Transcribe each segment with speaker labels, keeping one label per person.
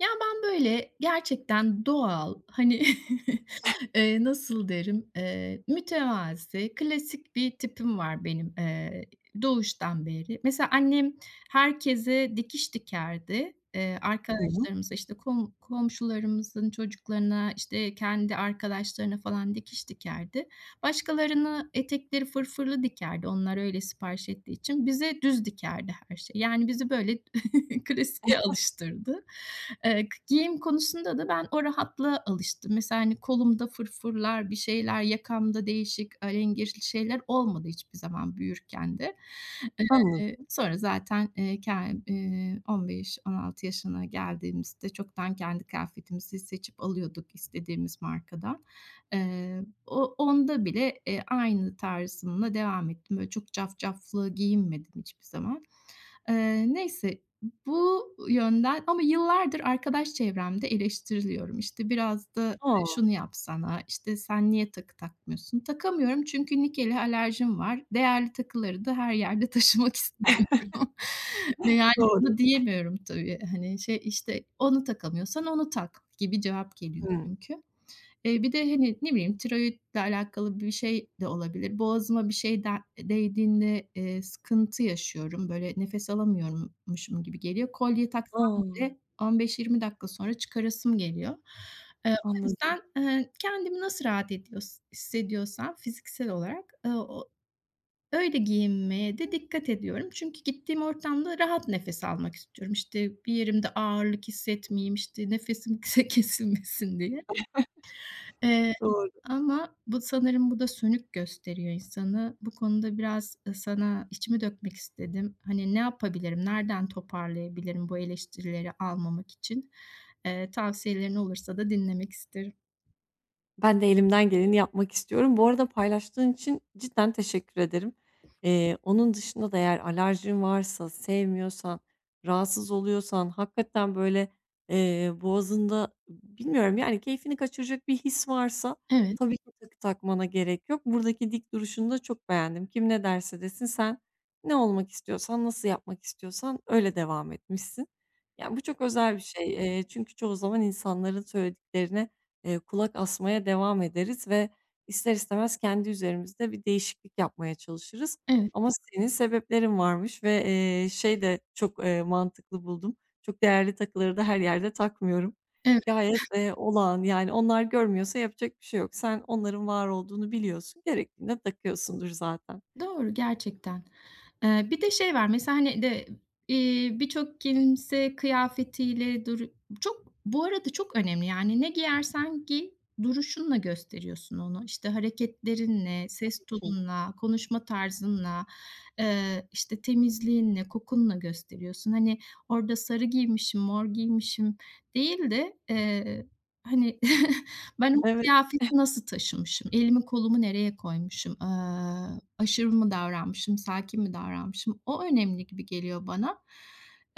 Speaker 1: Ya, ben, böyle, gerçekten doğal, hani, nasıl derim, mütevazi, klasik bir tipim var benim, doğuştan beri. Mesela annem herkese dikiş dikerdi.
Speaker 2: Tamam,
Speaker 1: Arkadaşlarımıza, işte, komşularımızın çocuklarına, işte, kendi arkadaşlarına falan dikiş dikerdi. Başkalarına etekleri fırfırlı dikerdi. Onlar öyle sipariş ettiği için. Bize düz dikerdi her şey. Yani, bizi böyle klasiğe alıştırdı. K giyim konusunda da ben o rahatlığa alıştım. Mesela, hani, kolumda fırfırlar, bir şeyler, yakamda değişik, alengir şeyler olmadı hiçbir zaman büyürken de.
Speaker 2: anladım.
Speaker 1: Sonra zaten, ken 15-16 yaşına geldiğimizde çoktan kendi kıyafetimizi seçip alıyorduk istediğimiz markadan. O onda bile, aynı tarzımla devam ettim. Böyle çok cafcaflı giyinmedim hiçbir zaman. Neyse, bu yönden ama yıllardır arkadaş çevremde eleştiriliyorum. İşte, biraz da
Speaker 2: A!
Speaker 1: şunu yapsana, işte, sen niye takı takmıyorsun? Takamıyorum çünkü nikele alerjim var. Değerli takıları da her yerde taşımak istemiyorum. Yani,
Speaker 2: Doğru.
Speaker 1: bunu diyemiyorum tabii. Hani, şey, işte, onu takamıyorsan onu tak gibi cevap geliyor
Speaker 2: Hımm.
Speaker 1: çünkü. Bir de, hani, ne bileyim, tiroidle alakalı bir şey de olabilir. Boğazıma bir şey de değdiğinde, sıkıntı yaşıyorum. Böyle nefes alamıyormuşum gibi geliyor. Kolye taksam
Speaker 2: A!
Speaker 1: bile 15-20 dakika sonra çıkarasım geliyor. O
Speaker 2: Anladım.
Speaker 1: yüzden, kendimi nasıl rahat ediyorsam hissediyorsam fiziksel olarak, o öyle giyinmeye de dikkat ediyorum. Çünkü gittiğim ortamda rahat nefes almak istiyorum. İşte, bir yerimde ağırlık hissetmeyeyim, işte, nefesim kısa kesilmesin diye. Eee,
Speaker 2: Doğru.
Speaker 1: Ama sanırım bu da sönük gösteriyor insanı. Bu konuda biraz, sana içimi dökmek istedim. Hani, ne yapabilirim, nereden toparlayabilirim bu eleştirileri almamak için? Tavsiyelerin olursa da dinlemek isterim.
Speaker 2: Ben de elimden geleni yapmak istiyorum. Bu arada paylaştığın için cidden teşekkür ederim. Onun dışında da eğer alerjin varsa, sevmiyorsan, rahatsız oluyorsan, hakikaten böyle, boğazında bilmiyorum, yani, keyfini kaçıracak bir his varsa
Speaker 1: Evet,
Speaker 2: tabii ki takı takmana gerek yok. Buradaki dik duruşunu da çok beğendim. Kim ne derse desin sen ne olmak istiyorsan, nasıl yapmak istiyorsan öyle devam etmişsin. Yani, bu çok özel bir şey. Çünkü çoğu zaman insanların söylediklerine kulak asmaya devam ederiz ve ister istemez kendi üzerimizde bir değişiklik yapmaya çalışırız.
Speaker 1: evet,
Speaker 2: Ama senin sebeplerin varmış ve, şey de çok, mantıklı buldum. Çok değerli takıları da her yerde takmıyorum.
Speaker 1: evet.
Speaker 2: Gayet, olağan, yani, onlar görmüyorsa yapacak bir şey yok. Sen onların var olduğunu biliyorsun, gerektiğinde takıyorsundur zaten.
Speaker 1: Doğru, gerçekten. Bir de şey var, mesela, hani, de, birçok kimse kıyafetiyle dur. Çok bu arada çok önemli, yani, ne giyersen giy, duruşunla gösteriyorsun onu. İşte, hareketlerinle, ses
Speaker 2: Peki.
Speaker 1: tonunla, konuşma tarzınla, işte, temizliğinle, kokunla gösteriyorsun. Hani, orada sarı giymişim, mor giymişim değil de, hani ben o
Speaker 2: Evet,
Speaker 1: kıyafeti nasıl taşımışım? Elimi kolumu nereye koymuşum? Aşırı mı davranmışım? Sakin mi davranmışım? O önemli gibi geliyor bana.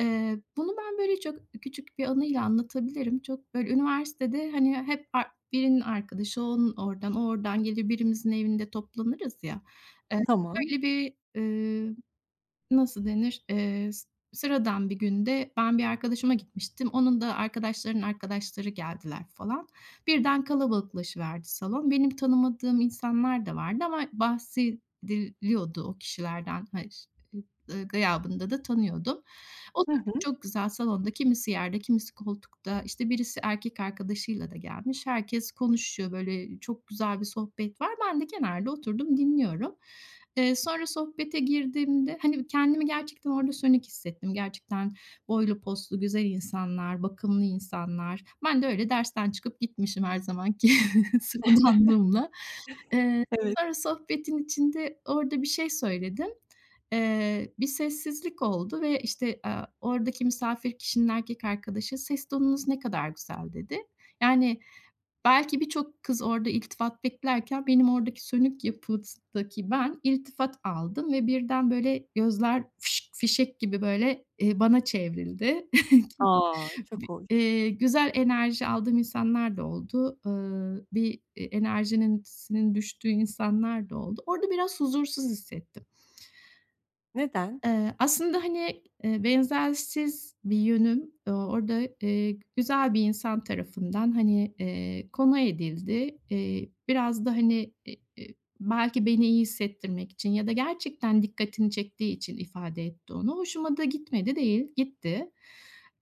Speaker 1: Bunu ben böyle çok küçük bir anıyla anlatabilirim. Çok böyle üniversitede, hani, hep ar birinin arkadaşı, onun oradan, oradan gelir, birimizin evinde toplanırız ya. Eee,
Speaker 2: tamam.
Speaker 1: Öyle bir, nasıl denir? S Sıradan bir günde ben bir arkadaşıma gitmiştim. Onun da arkadaşlarının arkadaşları geldiler falan. Birden kalabalıklaşıverdi salon. Benim tanımadığım insanlar da vardı ama bahsediliyordu o kişilerden. Hayır, gıyabında da tanıyordum.
Speaker 2: Hı
Speaker 1: Oturduk
Speaker 2: hı.
Speaker 1: çok güzel salonda, kimisi yerde, kimisi koltukta. İşte birisi erkek arkadaşıyla da gelmiş. Herkes konuşuyor, böyle, çok güzel bir sohbet var. Ben de kenarda oturdum, dinliyorum. Sonra sohbete girdiğimde, hani, kendimi gerçekten orada sönük hissettim. Gerçekten boylu poslu güzel insanlar, bakımlı insanlar. Ben de öyle dersten çıkıp gitmişim her zamanki sıradanlığımla. Eee,
Speaker 2: Evet.
Speaker 1: Sonra sohbetin içinde orada bir şey söyledim. Bir sessizlik oldu ve, işte, oradaki misafir kişinin erkek arkadaşı, "Ses tonunuz ne kadar güzel." dedi. Yani, belki birçok kız orada iltifat beklerken benim oradaki sönük yapıdaki ben iltifat aldım ve birden böyle gözler fişek gibi böyle, bana çevrildi.
Speaker 2: A! Çok hoş.
Speaker 1: Güzel enerji aldığım insanlar da oldu. Bir, enerjinin düştüğü insanlar da oldu. Orada biraz huzursuz hissettim.
Speaker 2: Neden?
Speaker 1: Aslında, hani, benzersiz bir yönüm, orada, güzel bir insan tarafından, hani, konu edildi. Biraz da, hani, belki beni iyi hissettirmek için ya da gerçekten dikkatini çektiği için ifade etti onu. Hoşuma da gitmedi değil, gitti.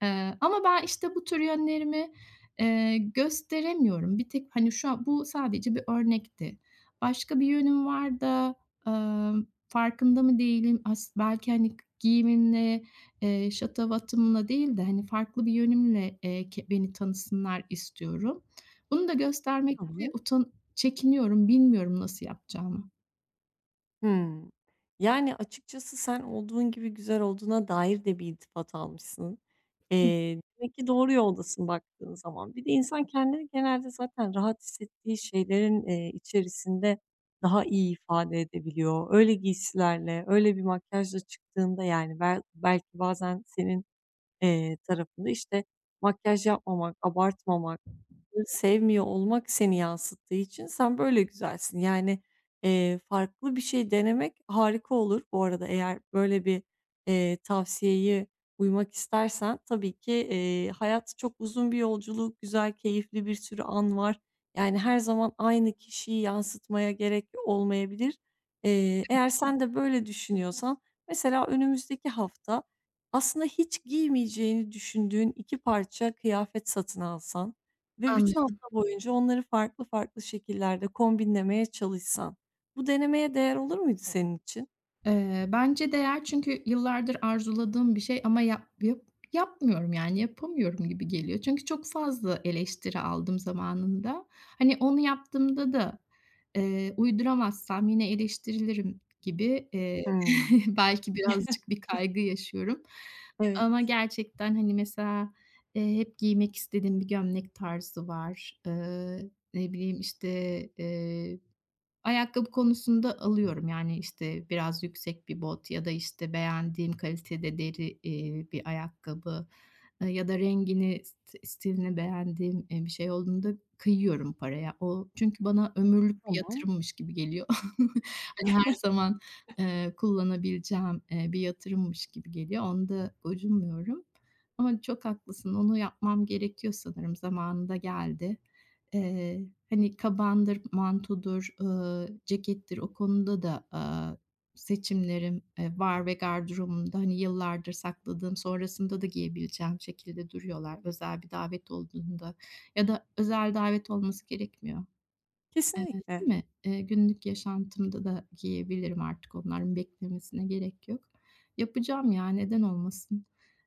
Speaker 1: Ama ben, işte, bu tür yönlerimi, gösteremiyorum. Bir tek, hani, şu an bu sadece bir örnekti. Başka bir yönüm var da, emm farkında mı değilim? Belki, hani, giyimimle, şatafatımla değil de, hani, farklı bir yönümle, ke beni tanısınlar istiyorum. Bunu da göstermekte
Speaker 2: Tamam.
Speaker 1: çekiniyorum, bilmiyorum nasıl yapacağımı.
Speaker 2: Hımm. Yani, açıkçası sen olduğun gibi güzel olduğuna dair de bir iltifat almışsın. Demek ki doğru yoldasın baktığın zaman. Bir de insan kendini genelde zaten rahat hissettiği şeylerin, içerisinde daha iyi ifade edebiliyor. Öyle giysilerle, öyle bir makyajla çıktığında, yani, belki bazen senin, tarafında, işte, makyaj yapmamak, abartmamak sevmiyor olmak seni yansıttığı için sen böyle güzelsin. Yani, farklı bir şey denemek harika olur bu arada. Eğer böyle bir, tavsiyeye uymak istersen tabii ki, hayat çok uzun bir yolculuk, güzel, keyifli bir sürü an var. Yani her zaman aynı kişiyi yansıtmaya gerek olmayabilir. Eğer sen de böyle düşünüyorsan mesela önümüzdeki hafta aslında hiç giymeyeceğini düşündüğün 2 parça kıyafet satın alsan ve bütün
Speaker 1: Anladım.
Speaker 2: hafta boyunca onları farklı farklı şekillerde kombinlemeye çalışsan, bu denemeye değer olur muydu senin için?
Speaker 1: Bence değer çünkü yıllardır arzuladığım bir şey ama yapmıyorum, yani, yapamıyorum gibi geliyor. Çünkü çok fazla eleştiri aldım zamanında. Hani, onu yaptığımda da, uyduramazsam yine eleştirilirim gibi,
Speaker 2: Hımm.
Speaker 1: belki birazcık bir kaygı yaşıyorum.
Speaker 2: Evet.
Speaker 1: Ama gerçekten, hani, mesela, hep giymek istediğim bir gömlek tarzı var. Ne bileyim, işte, ayakkabı konusunda alıyorum. Yani, işte, biraz yüksek bir bot ya da, işte, beğendiğim kalitede deri, bir ayakkabı, ya da rengini, stilini beğendiğim, bir şey olduğunda kıyıyorum paraya. O çünkü bana ömürlük bir
Speaker 2: Tamam.
Speaker 1: yatırımmış gibi geliyor. Hani, her zaman, kullanabileceğim, bir yatırımmış gibi geliyor. Onda gocunmuyorum ama çok haklısın. Onu yapmam gerekiyor sanırım. Zamanında geldi. Hani, kabandır, mantodur, cekettir o konuda da, seçimlerim, var ve gardırobumda, hani, yıllardır sakladığım, sonrasında da giyebileceğim şekilde duruyorlar özel bir davet olduğunda ya da özel davet olması gerekmiyor.
Speaker 2: Kesinlikle.
Speaker 1: Değil mi? Günlük yaşantımda da giyebilirim artık, onların beklemesine gerek yok. Yapacağım ya, neden olmasın?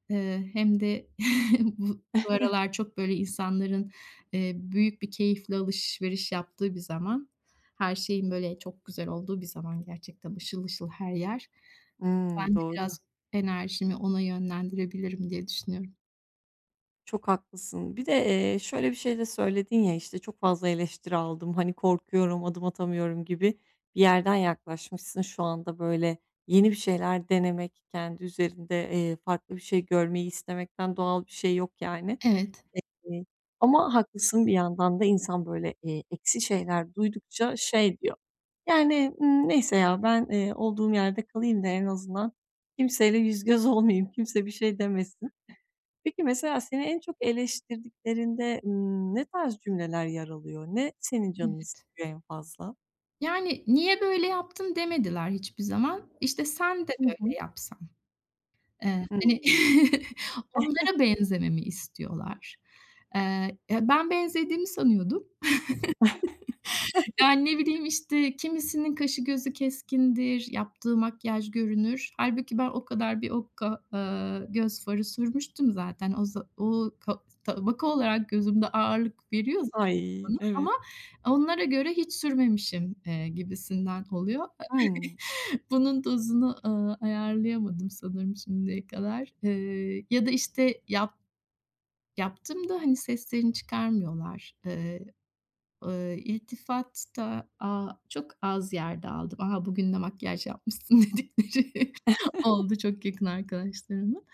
Speaker 1: Hem de bu aralar çok böyle insanların, büyük bir keyifle alışveriş yaptığı bir zaman, her şeyin böyle çok güzel olduğu bir zaman, gerçekten ışıl ışıl her yer.
Speaker 2: Hımm,
Speaker 1: Ben de
Speaker 2: doğru.
Speaker 1: biraz enerjimi ona yönlendirebilirim diye düşünüyorum.
Speaker 2: Çok haklısın. Bir de, şöyle bir şey de söyledin ya, işte, "Çok fazla eleştiri aldım, hani, korkuyorum, adım atamıyorum." gibi bir yerden yaklaşmışsın. Şu anda, böyle, yeni bir şeyler denemek, kendi üzerinde, farklı bir şey görmeyi istemekten doğal bir şey yok yani.
Speaker 1: Evet,
Speaker 2: Eee, Ama haklısın bir yandan da insan böyle, eksi şeyler duydukça şey diyor, yani, neyse ya ben, olduğum yerde kalayım da en azından kimseyle yüz göz olmayayım, kimse bir şey demesin. Peki mesela seni en çok eleştirdiklerinde, ne tarz cümleler yer alıyor? Ne senin canını
Speaker 1: evet.
Speaker 2: sıkıyor en fazla?
Speaker 1: Yani, "Niye böyle yaptın?" demediler hiçbir zaman. İşte, "Sen de
Speaker 2: Hı hı.
Speaker 1: böyle yapsan." Hani,
Speaker 2: Hımm.
Speaker 1: onlara benzememi istiyorlar. Ya, ben benzediğimi sanıyordum. Yani, ne bileyim, işte, kimisinin kaşı gözü keskindir, yaptığı makyaj görünür. Hâlbuki ben o kadar bir okka, göz farı sürmüştüm zaten. O za o ka Tabaka olarak gözümde ağırlık veriyor zaten
Speaker 2: Ay,
Speaker 1: bana
Speaker 2: evet.
Speaker 1: ama onlara göre hiç sürmemişim, gibisinden oluyor.
Speaker 2: Hımm.
Speaker 1: Bunun dozunu, ayarlayamadım sanırım şimdiye kadar. Ya da, işte, yaptığımda, hani, seslerini çıkarmıyorlar. İltifat da çok az yerde aldım. "Aha bugün de makyaj yapmışsın." dedikleri oldu çok yakın arkadaşlarımın.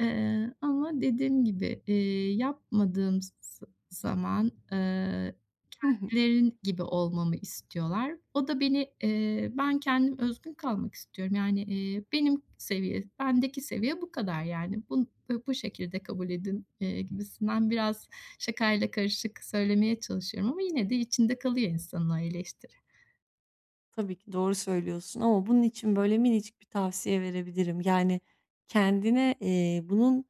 Speaker 1: Ama dediğim gibi, yapmadığım zaman,
Speaker 2: Hı hı.
Speaker 1: kendilerinin gibi olmamı istiyorlar. O da beni, ben kendim özgün kalmak istiyorum. Yani, benim seviye, bendeki seviye bu kadar yani. Bun ı Bu şekilde kabul edin, gibisinden biraz şakayla karışık söylemeye çalışıyorum ama yine de içinde kalıyor insanın o eleştiri.
Speaker 2: Tabii ki doğru söylüyorsun ama bunun için böyle minicik bir tavsiye verebilirim. Yani kendine, bunun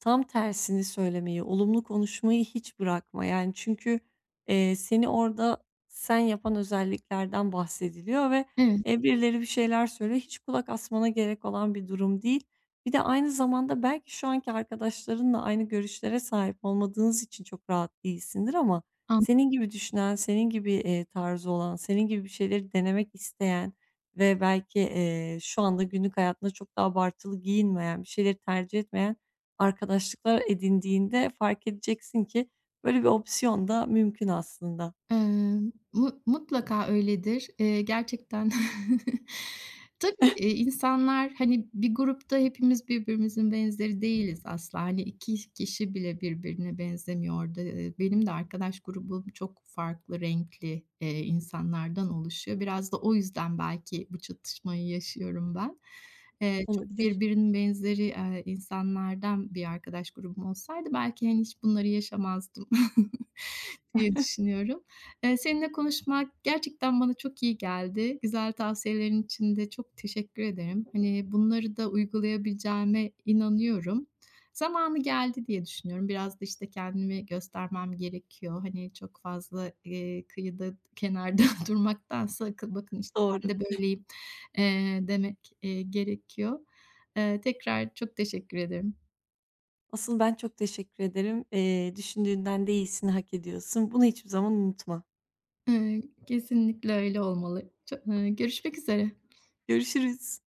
Speaker 2: tam tersini söylemeyi, olumlu konuşmayı hiç bırakma. Yani çünkü, seni orada sen yapan özelliklerden bahsediliyor ve,
Speaker 1: Evet,
Speaker 2: birileri bir şeyler söylüyor. Hiç kulak asmana gerek olan bir durum değil. Bir de aynı zamanda belki şu anki arkadaşlarınla aynı görüşlere sahip olmadığınız için çok rahat değilsindir ama
Speaker 1: an
Speaker 2: senin gibi düşünen, senin gibi, tarzı olan, senin gibi bir şeyleri denemek isteyen ve belki, şu anda günlük hayatında çok da abartılı giyinmeyen, bir şeyleri tercih etmeyen arkadaşlıklar edindiğinde fark edeceksin ki böyle bir opsiyon da mümkün aslında.
Speaker 1: Eee, mu mutlaka öyledir. Gerçekten tabii, insanlar, hani, bir grupta hepimiz birbirimizin benzeri değiliz asla. Hani, 2 kişi bile birbirine benzemiyor orada. Benim de arkadaş grubum çok farklı renkli, insanlardan oluşuyor. Biraz da o yüzden belki bu çatışmayı yaşıyorum ben. Çok
Speaker 2: Olabilir.
Speaker 1: birbirinin benzeri, insanlardan bir arkadaş grubum olsaydı belki, hani, hiç bunları yaşamazdım diye düşünüyorum. Seninle konuşmak gerçekten bana çok iyi geldi. Güzel tavsiyelerin için de çok teşekkür ederim. Hani, bunları da uygulayabileceğime inanıyorum. Zamanı geldi diye düşünüyorum. Biraz da, işte, kendimi göstermem gerekiyor. Hani, çok fazla, kıyıda, kenarda durmaktansa akıl bakın, işte,
Speaker 2: Doğru.
Speaker 1: ben de böyleyim, demek, gerekiyor. Tekrar çok teşekkür ederim.
Speaker 2: Asıl ben çok teşekkür ederim. Düşündüğünden de iyisini hak ediyorsun. Bunu hiçbir zaman unutma.
Speaker 1: Eee, Kesinlikle öyle olmalı. Ço Görüşmek üzere.
Speaker 2: Görüşürüz.